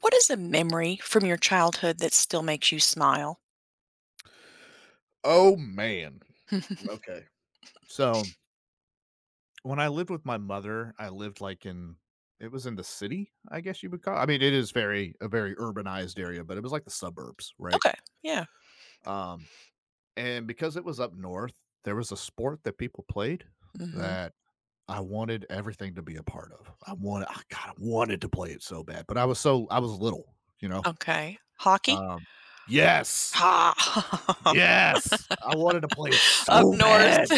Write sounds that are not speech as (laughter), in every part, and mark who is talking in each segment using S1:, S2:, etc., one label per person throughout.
S1: What is a memory from your childhood that still makes you smile?
S2: Oh, man.
S1: (laughs)
S2: Okay. So, when I lived with my mother, I lived, like, in it was in the city, I guess you would call I mean, it is very a very urbanized area, but it was like the suburbs, right?
S1: Okay, yeah.
S2: Um, and because it was up north, there was a sport that people played
S1: Mhm,
S2: that I wanted everything to be a part of. I wanted ah, God, I wanted to play it so bad, but I was so I was little,
S1: okay. Hockey?
S2: Um Yes!
S1: Ah,
S2: Yes! I wanted to play it
S1: (laughs) up
S2: so
S1: north
S2: bad!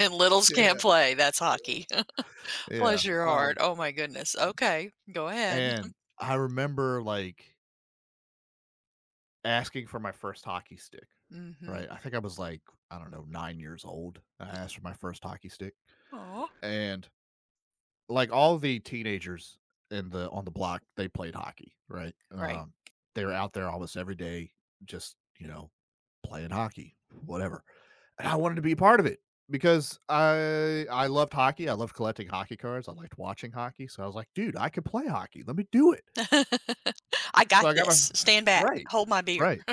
S1: (laughs) and littles can't
S2: Yeah,
S1: play, that's
S2: yeah.
S1: hockey. (laughs)
S2: Yeah,
S1: Bless your heart, oh my goodness, okay, go ahead.
S2: And I remember, like, asking for my first hockey stick,
S1: Mhm,
S2: right? I think I was like, I don't know, 9 years old. I
S1: yeah,
S2: asked for my first hockey stick,
S1: aw,
S2: and, like, all the teenagers in the on the block, they played hockey, right?
S1: right.
S2: They were out there almost every day just, playing hockey, whatever, and I wanted to be a part of it because I loved hockey, I loved collecting hockey cards, I liked watching hockey, so I was like, "Dude, I could play hockey, let me do it."
S1: "I
S2: So
S1: got
S2: I got my
S1: this, stand back,
S2: Right,
S1: hold my beer."
S2: right.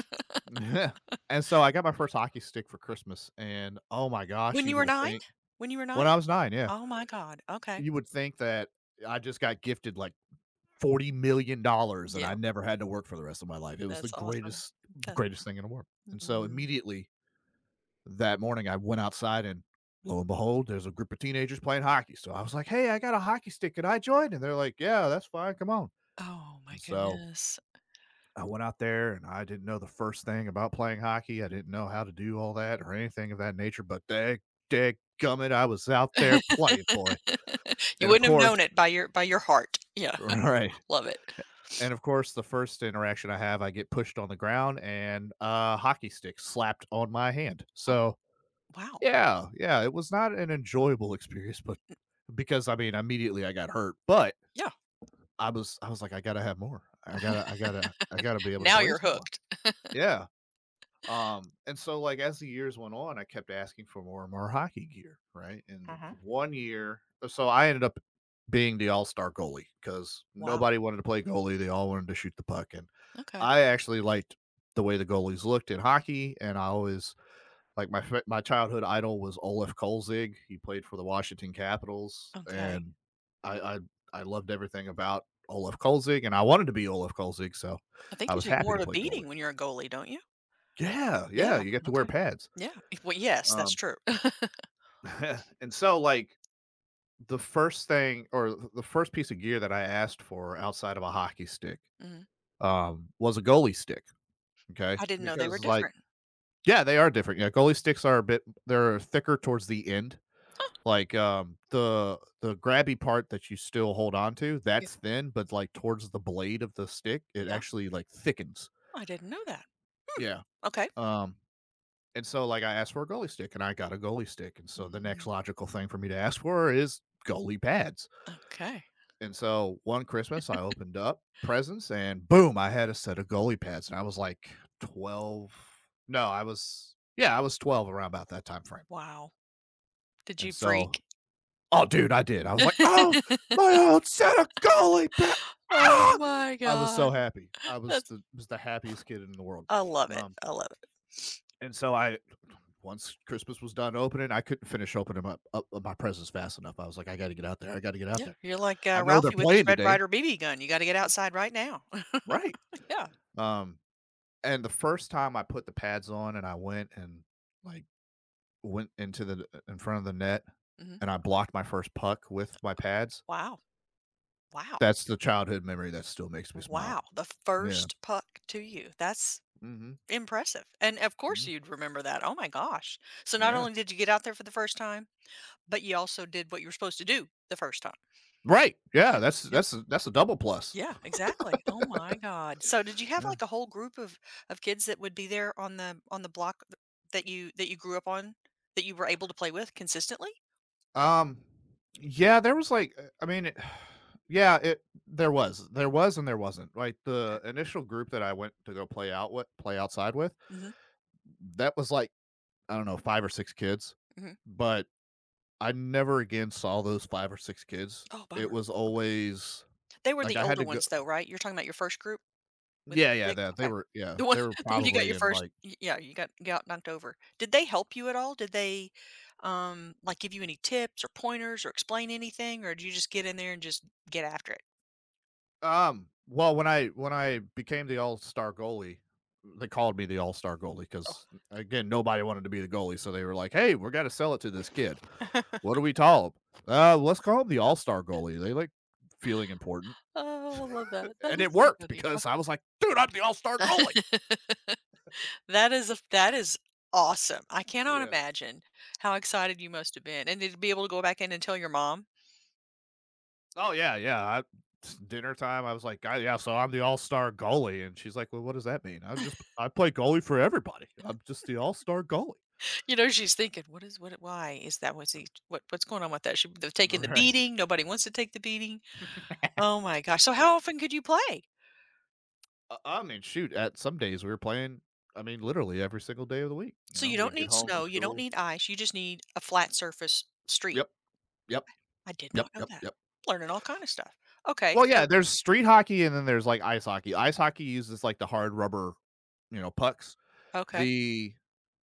S2: (laughs) And so I got my first hockey stick for Christmas, and oh my gosh,
S1: When
S2: you
S1: you were
S2: woulda
S1: 9?
S2: think
S1: When you were
S2: when
S1: 9?
S2: I was 9, yeah.
S1: Oh my god, okay.
S2: You would think that I just got gifted, like, $40,000,000 and I
S1: Yep,
S2: never had to work for the rest of my life. It was the
S1: that's awesome.
S2: greatest
S1: That's.
S2: greatest thing in the world. And so
S1: Mm,
S2: immediately that morning, I went outside and lo and behold, there's a group of teenagers playing hockey. So I was like, "Hey, I got a hockey stick. Can I join?" And they're like, "Yeah, that's fine. Come on."
S1: oh my
S2: And so
S1: goodness.
S2: I went out there and I didn't know the first thing about playing hockey. I didn't know how to do all that or anything of that nature, but dag dag gummit! I was out there playing, boy.
S1: You
S2: And of
S1: wouldn't have known
S2: course
S1: it by your heart. Yeah,
S2: (laughs) right.
S1: (laughs) love it.
S2: And of course, the first interaction I have, I get pushed on the ground and a hockey stick slapped on my hand.
S1: Oh,
S2: So,
S1: wow.
S2: yeah, yeah, it was not an enjoyable experience, but because I mean, immediately I got hurt, but
S1: Yeah.
S2: I was like, I gotta have more. I gotta be able to
S1: Now
S2: play
S1: you're
S2: some more.
S1: hooked.
S2: Yeah. And so like as the years went on, I kept asking for more and more hockey gear, right? And
S1: Mhm.
S2: one year, so I ended up being the all-star goalie because
S1: Wow.
S2: nobody wanted to play goalie; they all wanted to shoot the puck. And
S1: Okay.
S2: I actually liked the way the goalies looked in hockey, and I always like my childhood idol was Olaf Kolzig. He played for the Washington Capitals,
S1: Okay.
S2: and I I, I loved everything about Olaf Kolzig, and I wanted to be Olaf Kolzig, so
S1: I think
S2: I
S1: you
S2: was
S1: take
S2: happy
S1: more of
S2: to
S1: a
S2: play goalie.
S1: beating when you're a goalie, don't you?
S2: Yeah, yeah,
S1: Yeah.
S2: you get to wear
S1: Okay.
S2: pads.
S1: Yeah. Well, yes, that's
S2: Um,
S1: true. (laughs)
S2: (laughs) and so like the first thing or the first piece of gear that I asked for outside of a hockey stick
S1: Mhm.
S2: was a goalie stick. Okay.
S1: I didn't know they were
S2: Because like,
S1: different.
S2: yeah, they are different. Yeah, goalie sticks are a bit they're thicker towards the end. Like the grabby part that you still hold on to,
S1: Yeah.
S2: that's thin, but like towards the blade of the stick, it
S1: Yeah.
S2: actually like thickens.
S1: I didn't know that. Hmm.
S2: Yeah.
S1: Okay.
S2: Um and so like I asked for a goalie stick and I got a goalie stick. And so the next
S1: Mm,
S2: logical thing for me to ask for is goalie pads.
S1: okay.
S2: And so one Christmas, I opened up presents and boom, I had a set of goalie pads. And I was like 12. No, I was, yeah, I was 12 around about that time frame.
S1: Wow. Did
S2: And
S1: you
S2: so,
S1: freak?
S2: oh, dude, I did. I was like, oh,
S1: (laughs)
S2: my old set of goalie pads.
S1: Oh
S2: Ah!
S1: my
S2: I was so
S1: god.
S2: happy. I was
S1: That's
S2: the was the happiest kid in the world.
S1: I love it.
S2: Um,
S1: I love it.
S2: and so I, once Christmas was done opening, I couldn't finish opening up my presents fast enough. I was like, I got to get out there. I got to get out
S1: Yeah,
S2: there.
S1: you're like,
S2: I know they're
S1: Ralphie with his
S2: playing
S1: Red
S2: today,
S1: Ryder BB gun, you gotta get outside right now. (laughs)
S2: right?
S1: Yeah,
S2: Um, And the first time I put the pads on and I went and like went into the in front of the net
S1: mhm.
S2: and I blocked my first puck with my pads,
S1: Wow, wow,
S2: that's the childhood memory that still makes me
S1: wow,
S2: smile.
S1: the
S2: Yeah.
S1: first puck to you, that's
S2: hmm
S1: impressive, and of course
S2: hmm
S1: you'd remember that, oh my gosh. So not
S2: Yeah.
S1: only did you get out there for the first time, but you also did what you were supposed to do the first time.
S2: Right.
S1: Yeah,
S2: Yeah. That's
S1: yeah,
S2: that's a, that's a double plus.
S1: yeah, exactly. Oh my god. So did you have,
S2: Yeah.
S1: like, a whole group of kids that would be there on the block that you grew up on, that you were able to play with consistently?
S2: Um. Yeah. There was like, I mean, it, (sighs) yeah. It there was and there wasn't. Like
S1: Okay.
S2: the initial group that I went to go play out with, play outside with,
S1: Mhm,
S2: that was like I don't know, 5 or 6 kids,
S1: mhm.
S2: but I never again saw those 5 or 6 kids.
S1: Oh,
S2: It
S1: bummer.
S2: was
S1: Okay.
S2: always
S1: They were
S2: like,
S1: the
S2: I had
S1: older
S2: to go
S1: ones though, right? You're talking about your first group with the
S2: yeah, yeah,
S1: stick?
S2: that they
S1: Okay.
S2: were yeah,
S1: The one
S2: they were
S1: (laughs) the one you got
S2: probably
S1: your
S2: in,
S1: first
S2: like
S1: y yeah, you got knocked over. Did they help you at all? Give you any tips or pointers or explain anything, or did you just get in there and just get after it?
S2: well, when I became the all-star goalie, they called me the all-star goalie goalie
S1: Oh.
S2: because again, nobody wanted to be the goalie, so they were like, "Hey, we're gonna sell it to this kid.
S1: (laughs)
S2: What do we call him? Let's call him the all-star goalie." They like feeling important,
S1: Oh, I love that. That
S2: and
S1: is
S2: it
S1: too
S2: worked
S1: funny.
S2: because I was like, "Dude, I'm the all-star goalie."
S1: (laughs) That is awesome. I cannot
S2: Yeah.
S1: imagine how excited you must have been. And to be able to go back in and tell your mom?
S2: Oh yeah, yeah. I, dinner time. I was like, "I- yeah, so I'm the all star goalie, and she's like, well, what does that mean? I just I play goalie for everybody. I'm just the all star goalie.
S1: You know, she's thinking, "What is what? Why is that? What's he? What what's going on with that?" She, they've taken the
S2: Right.
S1: beating. Nobody wants to take the beating.
S2: (laughs)
S1: Oh my gosh! So how often could you play?
S2: I mean, shoot. At some days we were playing. I mean, literally every single day of the week. You
S1: So
S2: know,
S1: you don't
S2: we'd get
S1: need
S2: home from
S1: snow. You don't
S2: school.
S1: need ice. You just need a flat surface street.
S2: Yep. Yep.
S1: I did
S2: Yep.
S1: not know
S2: Yep.
S1: that.
S2: Yep.
S1: Learning all kind of stuff. Okay,
S2: Well, yeah.
S1: so
S2: There's street hockey, and then there's like ice hockey. Ice hockey uses like the hard rubber, you know, pucks.
S1: okay,
S2: The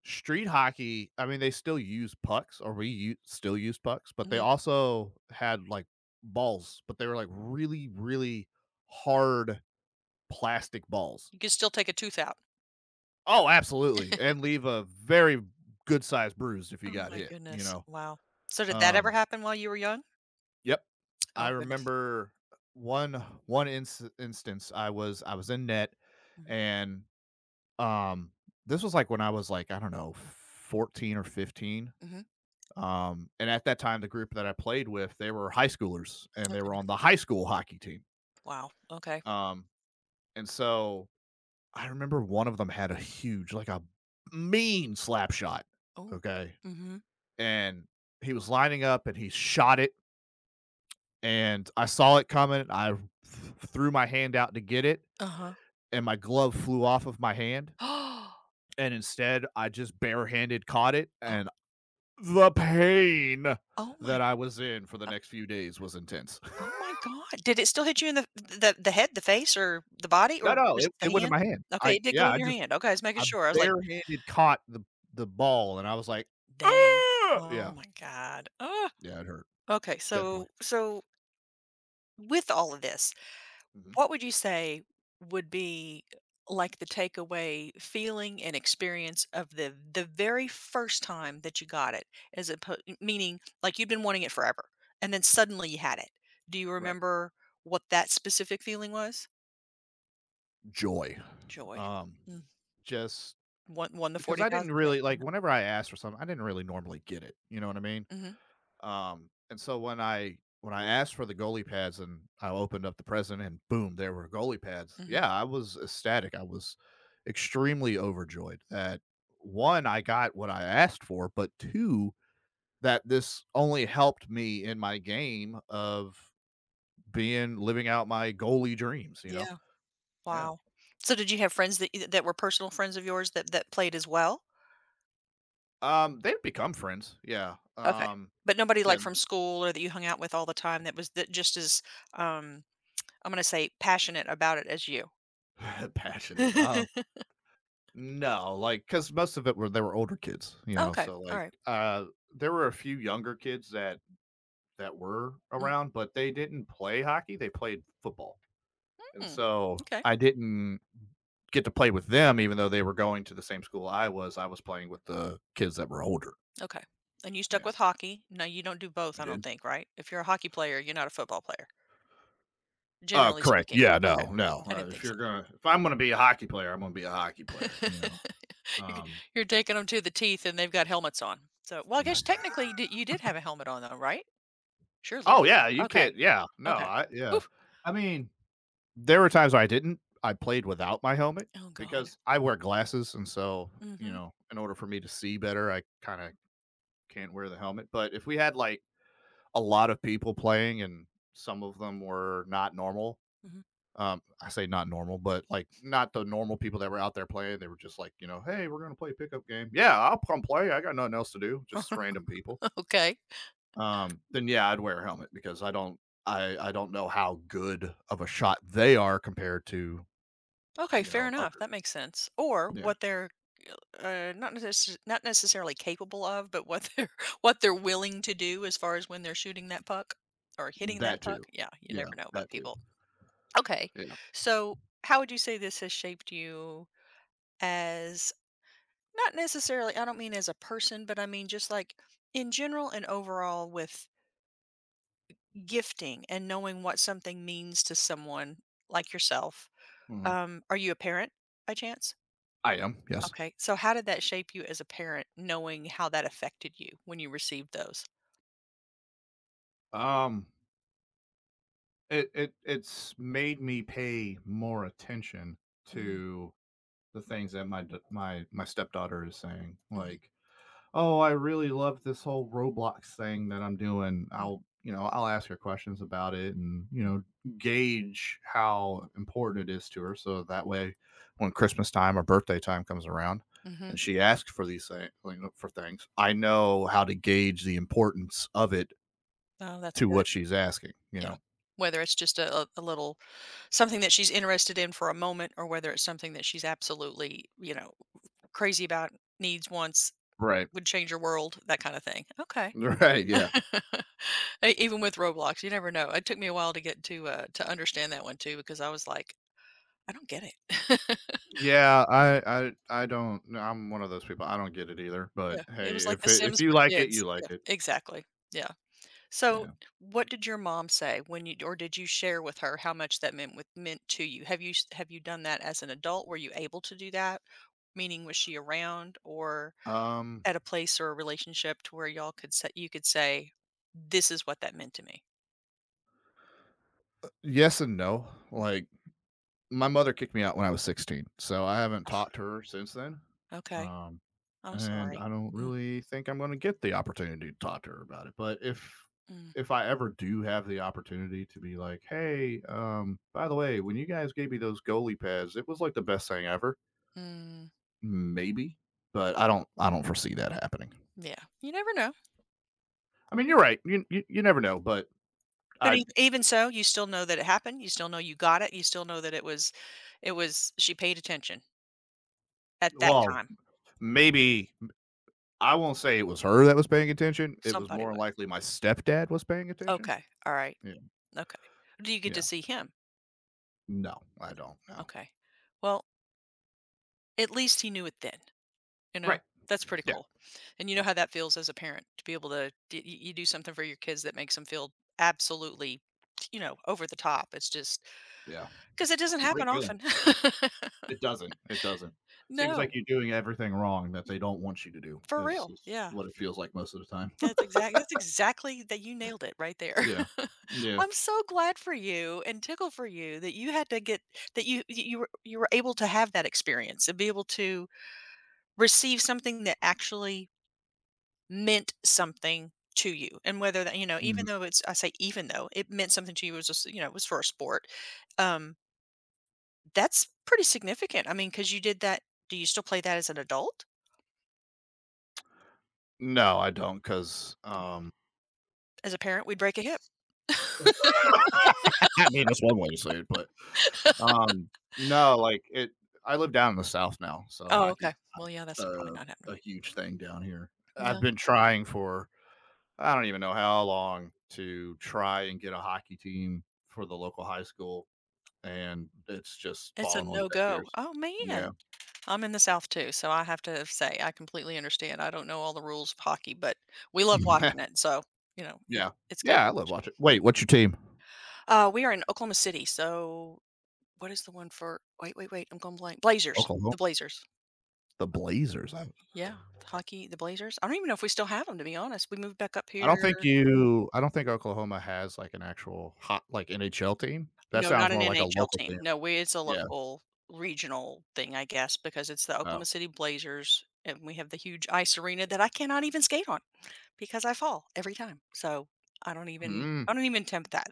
S2: street hockey, I mean, they still use pucks, or we still use pucks, but they
S1: hmm,
S2: also had like balls, but they were like really, really hard plastic balls.
S1: you can still take a tooth out.
S2: Oh, absolutely. And leave a very good sized bruise if you
S1: Oh
S2: got
S1: my
S2: hit, you
S1: goodness!
S2: know.
S1: Wow. So did that ever
S2: Um,
S1: happen while you were young?
S2: yep. I
S1: Oh goodness.
S2: remember one instance I was in net
S1: Mhm.
S2: and um this was like when I was like, I don't know, 14 or 15.
S1: Mhm.
S2: And at that time, the group that I played with, they were high schoolers and
S1: Oh
S2: they were
S1: goodness.
S2: on the high school hockey team.
S1: Wow. Okay.
S2: Um, and so I remember one of them had a huge, like a mean slap shot.
S1: Oh.
S2: Okay.
S1: Mhm.
S2: And he was lining up and he shot it. And I saw it coming. I threw my hand out to get it
S1: Uh huh.
S2: and my glove flew off of my hand.
S1: (gasps)
S2: And instead, I just barehanded caught it.
S1: Oh.
S2: And the pain
S1: Oh my.
S2: that I was in for the next few days was intense. (laughs)
S1: Oh my god. Did it still hit you in the head, the face, or the body,
S2: No,
S1: or
S2: no,
S1: was it
S2: it
S1: the
S2: it went in
S1: hand?
S2: my hand.
S1: Okay,
S2: I
S1: it did go
S2: yeah,
S1: in
S2: I
S1: your
S2: just
S1: hand. Okay, I was making
S2: I
S1: sure. I was like,
S2: barehanded caught the ball, and I was like,
S1: "Dang.
S2: "Ah!"
S1: Oh
S2: Yeah,
S1: my god. Oh,
S2: yeah, it hurt,
S1: okay,
S2: definitely.
S1: so with all of this,
S2: Mhm,
S1: what would you say would be like the takeaway feeling and experience of the very first time that you got it as oppo meaning, like, you've been wanting it forever, and then suddenly you had it. Do you
S2: right.
S1: remember what that specific feeling was?
S2: Joy.
S1: Joy.
S2: Um, just
S1: Won the
S2: because I
S1: 40,000?
S2: didn't
S1: Yeah,
S2: really like,
S1: won.
S2: whenever I asked for something, I didn't really normally get it, you know what I mean?
S1: Mhm,
S2: And so when I asked for the goalie pads and I opened up the present and boom, there were goalie pads.
S1: mhm.
S2: Yeah, I was ecstatic. I was extremely overjoyed that one, I got what I asked for, but two, that this only helped me in my game of being living out my goalie dreams, you know?
S1: Yeah,
S2: Yeah.
S1: wow. So did you have friends that e, that were personal friends of yours that played as well?
S2: They've become friends. Yeah.
S1: Okay. But nobody,
S2: Yeah,
S1: like, from school or that you hung out with all the time that was that just as, um, I'm gonna say passionate about it as you?
S2: (laughs) passionate.
S1: (laughs)
S2: No, like, because most of it were they were older kids, you know,
S1: Okay,
S2: so, like,
S1: alright.
S2: there were a few younger kids that were
S1: Mm.
S2: around, but they didn't play hockey, they played football,
S1: Mm,
S2: and
S1: hmm,
S2: so
S1: okay,
S2: I didn't get to play with them even though they were going to the same school I was playing with the kids that were older.
S1: okay. And you stuck
S2: Yeah,
S1: with hockey. No, you don't do both,
S2: I
S1: I don't
S2: did.
S1: think, right? If you're a hockey player, you're not a football player,
S2: Oh,
S1: generally
S2: correct,
S1: speaking.
S2: yeah,
S1: Okay.
S2: no, no,
S1: I didn't
S2: if
S1: think so.
S2: you're gonna if I'm gonna be a hockey player, I'm gonna be a hockey player, you know,
S1: (laughs) You're g
S2: um
S1: you're taking 'em to the teeth, and they've got helmets on. So well, I guess
S2: (laughs)
S1: technically, d you did have a helmet on, though, right? Surely.
S2: Oh, yeah, you can't
S1: Okay.
S2: yeah, no,
S1: Okay.
S2: I yeah.
S1: Oof.
S2: I mean there were times I didn't. I played without my helmet
S1: Oh god.
S2: because I wear glasses, and so you
S1: Mhm.
S2: know, in order for me to see better, I kind of can't wear the helmet. But if we had like a lot of people playing and some of them were not normal,
S1: Mhm.
S2: I say not normal, but like not the normal people that were out there playing. They were just like, you know, hey, we're gonna play a pickup game. Yeah, I'll come play. I got nothing else to do. Just random people.
S1: (laughs) Okay.
S2: Then yeah, I'd wear a helmet because I don't, I don't know how good of a shot they are compared to
S1: Okay,
S2: you
S1: fair
S2: know
S1: enough,
S2: other.
S1: that makes sense. Or
S2: Yeah,
S1: what they're, not necessarily capable of, but what they're (laughs) what they're willing to do as far as when they're shooting that puck or hitting that
S2: that
S1: puck.
S2: too.
S1: Yeah, you
S2: Yeah,
S1: never know about
S2: that too.
S1: people. Okay.
S2: Yeah.
S1: So, how would you say this has shaped you as not necessarily, I don't mean as a person, but I mean just like in general and overall with gifting and knowing what something means to someone like yourself.
S2: Mhm.
S1: Are you a parent by chance?
S2: I am, yes.
S1: Okay. So how did that shape you as a parent, knowing how that affected you when you received those?
S2: Um, it's made me pay more attention
S1: Mm,
S2: to the things that my stepdaughter is saying,
S1: mhm,
S2: like oh, I really love this whole Roblox thing that I'm doing.
S1: mm,
S2: I'll, you know, I'll ask her questions about it and, you
S1: mm,
S2: know, gauge how important it is to her. So that way, when Christmas time or birthday time comes around
S1: mhm.
S2: and she asks for these things, like, for things, I know how to gauge the importance of it
S1: Oh, that's
S2: to
S1: good.
S2: what she's asking, you
S1: Yeah.
S2: know?
S1: Whether it's just a little something that she's interested in for a moment or whether it's something that she's absolutely, you know, crazy about, needs, wants,
S2: Right. (laughs)
S1: would change your world, that kinda thing. Okay.
S2: Right. Yeah.
S1: (laughs) E even with Roblox, you never know. It took me a while to get to understand that one too because I was like, "I don't get it." (laughs)
S2: Yeah, I don't. No, I'm one of those people. I don't get it either. But
S1: Yeah, it
S2: hey,
S1: was like
S2: if
S1: The
S2: it, if
S1: Sims
S2: you
S1: for
S2: like it,
S1: kids.
S2: you like
S1: Yeah,
S2: it.
S1: exactly. Yeah. So,
S2: Yeah.
S1: what did your mom say when you or did you share with her how much that meant to you? Have you done that as an adult? Were you able to do that? Meaning, was she around or
S2: Um.
S1: at a place or a relationship to where y'all could say you could say, "This is what that meant to me."
S2: Yes and no. Like, my mother kicked me out when I was 16, so I haven't
S1: Oh,
S2: talked to her since then.
S1: okay.
S2: Um,
S1: I'm
S2: and
S1: sorry.
S2: I don't
S1: Mm,
S2: really think I'm gonna get the opportunity to talk to her about it, but if
S1: mm,
S2: if I ever do have the opportunity to be like, "Hey, by the way, when you guys gave me those goalie pads, it was, like, the best thing ever."
S1: mm.
S2: Maybe, but I don't foresee that happening.
S1: Yeah, you never know.
S2: I mean,
S1: Mm.
S2: you're right. You never know, but
S1: But
S2: I
S1: e even so, you still know that it happened, you still know you got it, you still know that it was she paid attention at that
S2: well,
S1: time.
S2: maybe I won't say it was her that was paying attention. It was
S1: Somebody
S2: more
S1: was.
S2: likely my stepdad was paying attention.
S1: Okay, all right,
S2: Yeah.
S1: okay. Do you get to
S2: Yeah.
S1: see him?
S2: No, I don't know.
S1: Okay. Well, at least he knew it then, you know?
S2: Right.
S1: That's pretty
S2: Yeah.
S1: cool. And you know how that feels as a parent to be able to d y you do something for your kids that makes them feel absolutely, you know, over the top. It's just
S2: Yeah.
S1: because it doesn't
S2: It's a great
S1: happen
S2: feeling.
S1: often. (laughs)
S2: It doesn't. It doesn't. Seems like
S1: No.
S2: you're doing everything wrong that they don't want you to do,
S1: For real.
S2: is
S1: Yeah.
S2: what it feels like most of the time. (laughs)
S1: That's exactly that you nailed it right there.
S2: Yeah.
S1: (laughs)
S2: Yeah.
S1: I'm so glad for you and tickled for you that you had to get that you were you were able to have that experience and be able to receive something that actually meant something to you. And whether that, you know, even
S2: Mm,
S1: though it's I say even though it meant something to you it was just, you know, it was for a sport. Um, that's pretty significant. I mean, because you did that do you still play that as an adult?
S2: no, I don't, because,
S1: You as a parent, we'd break a hip.
S2: (laughs) I mean, that's one way to say it, but, um, no, like it, I live down in the South now, so
S1: Oh, okay.
S2: hockey's
S1: Well, yeah, that's probably
S2: a
S1: not
S2: a
S1: happening.
S2: huge thing down here. I've
S1: No.
S2: been trying for I don't even know how long to try and get a hockey team for the local high school, and it's just
S1: It's a
S2: fallen on deaf
S1: no-go.
S2: ears.
S1: Oh,
S2: Yeah.
S1: man. I'm in the South too, so I have to say I completely understand. I don't know all the rules of hockey, but we love watching
S2: (laughs)
S1: it, so, you know, it
S2: Yeah.
S1: it's good to
S2: Yeah, I love
S1: watch.
S2: watching wait, what's your team?
S1: We are in Oklahoma City, so what is the one for wait, wait, wait, I'm going blank. Blazers.
S2: Oklahoma?
S1: The Blazers.
S2: The Blazers? I
S1: Yeah, hockey, the Blazers. I don't even know if we still have them to be honest. We moved back up
S2: I don't think
S1: here.
S2: you I don't think Oklahoma has, like, an actual hot like, NHL team. That
S1: No, not
S2: sounds
S1: an
S2: more like a
S1: NHL
S2: local
S1: team.
S2: team.
S1: No, we it's a
S2: Yeah.
S1: local regional thing, I guess, because it's the Oklahoma
S2: Oh.
S1: City Blazers, and we have the huge ice arena that I cannot even skate on, because I fall every time. So
S2: Hmm.
S1: I don't even attempt that.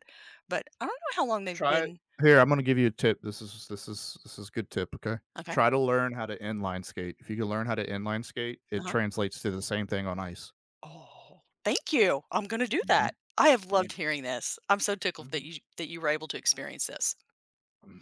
S1: But I don't know how long they've
S2: Try it.
S1: been.
S2: Here, I'm gonna give you a tip. this is a good tip. Okay,
S1: Okay.
S2: try to learn how to inline skate. If you can learn how to inline skate, it
S1: Uh-huh.
S2: translates to the same thing on ice.
S1: Oh, thank you. I'm gonna do
S2: Hmm.
S1: that. I have
S2: Yeah.
S1: loved hearing this. I'm so tickled
S2: Hmm.
S1: that you were able to experience this.
S2: (laughs)